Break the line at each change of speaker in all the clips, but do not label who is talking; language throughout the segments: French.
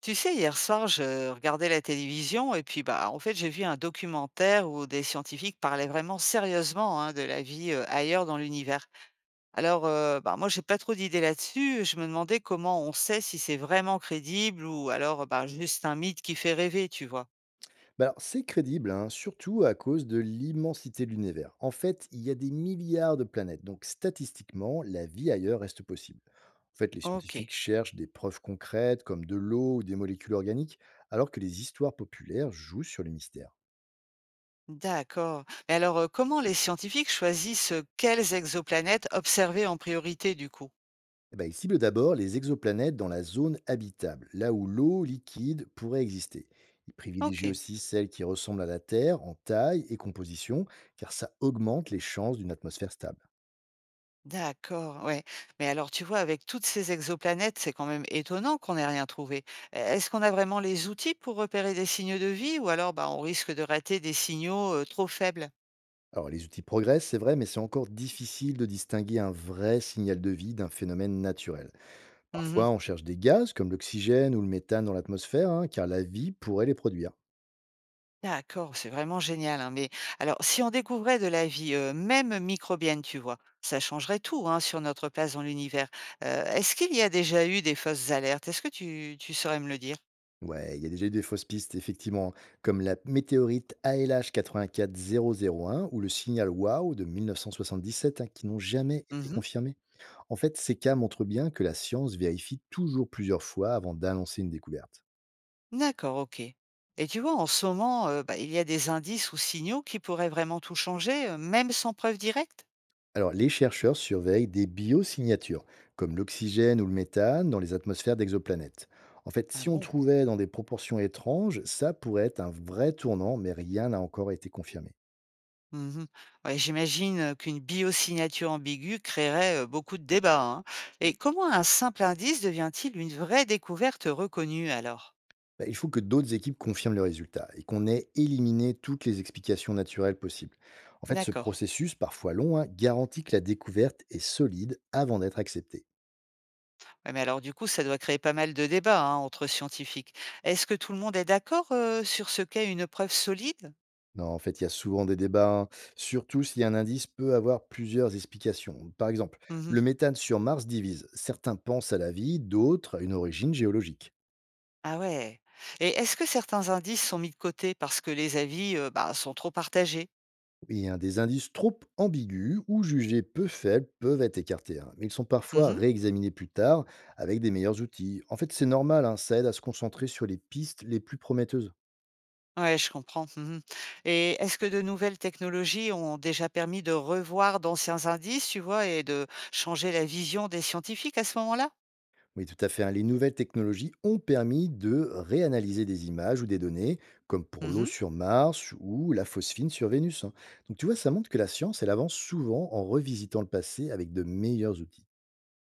Tu sais, hier soir, je regardais la télévision et puis bah en fait j'ai vu un documentaire où des scientifiques parlaient vraiment sérieusement, hein, de la vie ailleurs dans l'univers. Moi, j'ai pas trop d'idées là-dessus. Je me demandais comment on sait si c'est vraiment crédible ou alors juste un mythe qui fait rêver, tu vois.
Bah alors, c'est crédible, hein, surtout à cause de l'immensité de l'univers. En fait, il y a des milliards de planètes, donc statistiquement, la vie ailleurs reste possible. En fait, les scientifiques
Ok,
cherchent des preuves concrètes comme de l'eau ou des molécules organiques, alors que les histoires populaires jouent sur les mystères.
d'accord. Mais alors, comment les scientifiques choisissent quelles exoplanètes observer en priorité du coup?
Eh ben, ils ciblent d'abord les exoplanètes dans la zone habitable, là où l'eau liquide pourrait exister. Ils privilégient
Ok.
aussi celles qui ressemblent à la Terre en taille et composition, car ça augmente les chances d'une atmosphère stable.
D'accord, ouais. Mais alors, tu vois, avec toutes ces exoplanètes, c'est quand même étonnant qu'on n'ait rien trouvé. Est-ce qu'on a vraiment les outils pour repérer des signes de vie ou alors bah, on risque de rater des signaux trop faibles?
Alors, les outils progressent, c'est vrai, mais c'est encore difficile de distinguer un vrai signal de vie d'un phénomène naturel.
Mhm.
Parfois, on cherche des gaz comme l'oxygène ou le méthane dans l'atmosphère, hein, car la vie pourrait les produire.
D'accord, c'est vraiment génial, hein. Mais alors, si on découvrait de la vie, même microbienne, tu vois, ça changerait tout, hein, sur notre place dans l'univers. Est-ce qu'il y a déjà eu des fausses alertes? Est-ce que tu saurais me le dire?
Ouais, il y a déjà eu des fausses pistes, effectivement, comme la météorite ALH 84001 ou le signal WOW de 1977, hein, qui n'ont jamais été confirmés. En fait, ces cas montrent bien que la science vérifie toujours plusieurs fois avant d'annoncer une découverte.
D'accord, OK. Et tu vois, en ce moment, il y a des indices ou signaux qui pourraient vraiment tout changer, même sans preuve directe?
Alors, les chercheurs surveillent des biosignatures, comme l'oxygène ou le méthane, dans les atmosphères d'exoplanètes. En fait,
Ah
si on
bon?
trouvait dans des proportions étranges, ça pourrait être un vrai tournant, mais rien n'a encore été confirmé.
Mmh. Ouais, j'imagine, qu'une biosignature ambiguë créerait, beaucoup de débats, hein. Et comment un simple indice devient-il une vraie découverte reconnue alors?
Bah, il faut que d'autres équipes confirment le résultat et qu'on ait éliminé toutes les explications naturelles possibles. En fait, ce
D'accord.
processus, parfois long, hein, garantit que la découverte est solide avant d'être acceptée.
Ouais, mais alors du coup, ça doit créer pas mal de débats, hein, entre scientifiques. Est-ce que tout le monde est d'accord, sur ce qu'est une preuve solide?
Non, en fait, il y a souvent des débats, hein, surtout si un indice peut avoir plusieurs explications. Par exemple, le
Mmh.
méthane sur Mars divise. Certains pensent à la vie, d'autres à une origine géologique.
Ah ouais. Et est-ce que certains indices sont mis de côté parce que les avis, sont trop partagés?
Et hein, des indices trop ambigus ou jugés peu faibles peuvent être écartés, hein. Mais ils sont parfois
Mmh.
réexaminés plus tard avec des meilleurs outils. En fait, c'est normal, hein, ça aide à se concentrer sur les pistes les plus prometteuses.
Ouais, je comprends. Mmh. Et est-ce que de nouvelles technologies ont déjà permis de revoir d'anciens indices, tu vois? Et de changer la vision des scientifiques à ce moment-là?
Oui, tout à fait, hein. Les nouvelles technologies ont permis de réanalyser des images ou des données, comme pour
Mmh
l'eau
mh.
sur Mars ou la phosphine sur Vénus, hein. Donc tu vois, ça montre que la science, elle avance souvent en revisitant le passé avec de meilleurs outils.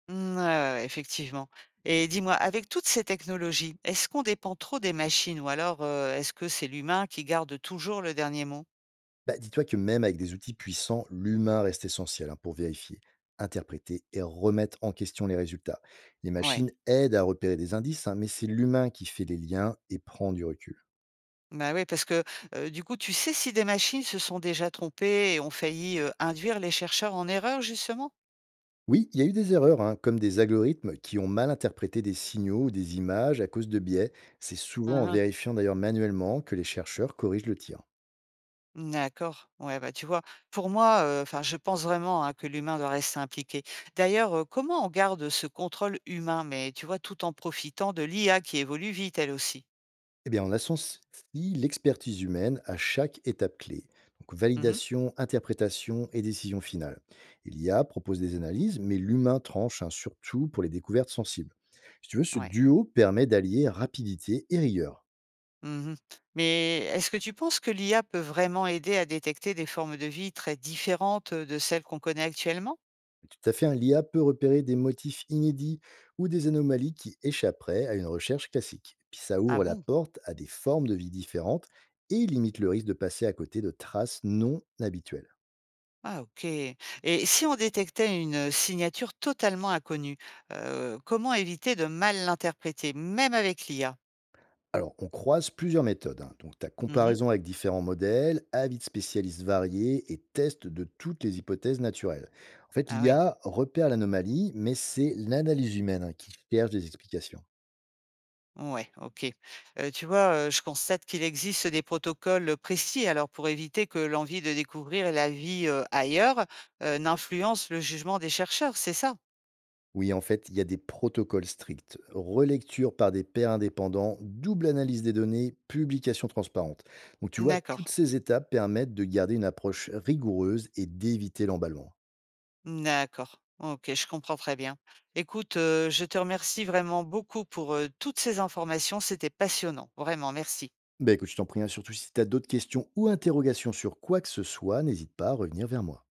Mmh, ouais, ouais, ouais, effectivement. Et dis-moi, avec toutes ces technologies, est-ce qu'on dépend trop des machines ou alors, est-ce que c'est l'humain qui garde toujours le dernier mot?
Bah, dis-toi que même avec des outils puissants, l'humain reste essentiel, hein, pour vérifier, interpréter et remettre en question les résultats. Les
Ouais.
machines aident à repérer des indices, hein, mais c'est l'humain qui fait les liens et prend du recul.
Bah oui, parce que, du coup, tu sais si des machines se sont déjà trompées et ont failli, induire les chercheurs en erreur, justement?
Oui, il y a eu des erreurs, hein, comme des algorithmes qui ont mal interprété des signaux ou des images à cause de biais. C'est souvent en
Hein, hein.
vérifiant d'ailleurs manuellement que les chercheurs corrigent le tir.
D'accord. Ouais, bah, tu vois, pour moi, enfin, je pense vraiment, hein, que l'humain doit rester impliqué. D'ailleurs, comment on garde ce contrôle humain? Mais tu vois, tout en profitant de l'IA qui évolue vite, elle aussi.
Eh bien, on associe l'expertise humaine à chaque étape clé. Donc,
Mmh.
validation, interprétation et décision finale. Et l'IA propose des analyses, mais l'humain tranche, hein, surtout pour les découvertes sensibles. Si tu veux, ce
Ouais.
duo permet d'allier rapidité et rigueur.
Mmh. Mais est-ce que tu penses que l'IA peut vraiment aider à détecter des formes de vie très différentes de celles qu'on connaît actuellement?
Tout à fait, hein, l'IA peut repérer des motifs inédits ou des anomalies qui échapperaient à une recherche classique. Puis ça
Ah
ouvre la
bon?
porte à des formes de vie différentes et limite le risque de passer à côté de traces non habituelles.
Ah OK. Et si on détectait une signature totalement inconnue, comment éviter de mal l'interpréter, même avec l'IA?
Alors, on croise plusieurs méthodes, hein. Donc, ta
Mmh mh.
comparaison avec différents modèles, avis de spécialistes variés et tests de toutes les hypothèses naturelles. En fait,
Ah oui,
l'IA repère l'anomalie, mais c'est l'analyse humaine, hein, qui cherche des explications.
ouais, OK. Tu vois, je constate qu'il existe des protocoles précis alors pour éviter que l'envie de découvrir la vie, ailleurs, n'influence le jugement des chercheurs, c'est ça?
Oui, en fait, il y a des protocoles stricts. Relecture par des pairs indépendants, double analyse des données, publication transparente. Donc tu vois, toutes
D'accord,
ces étapes permettent de garder une approche rigoureuse et d'éviter l'emballement.
d'accord. OK, je comprends très bien. Écoute, je te remercie vraiment beaucoup pour, toutes ces informations, c'était passionnant, vraiment merci.
Ben écoute, je t'en prie, hein, surtout si tu as d'autres questions ou interrogations sur quoi que ce soit, n'hésite pas à revenir vers moi.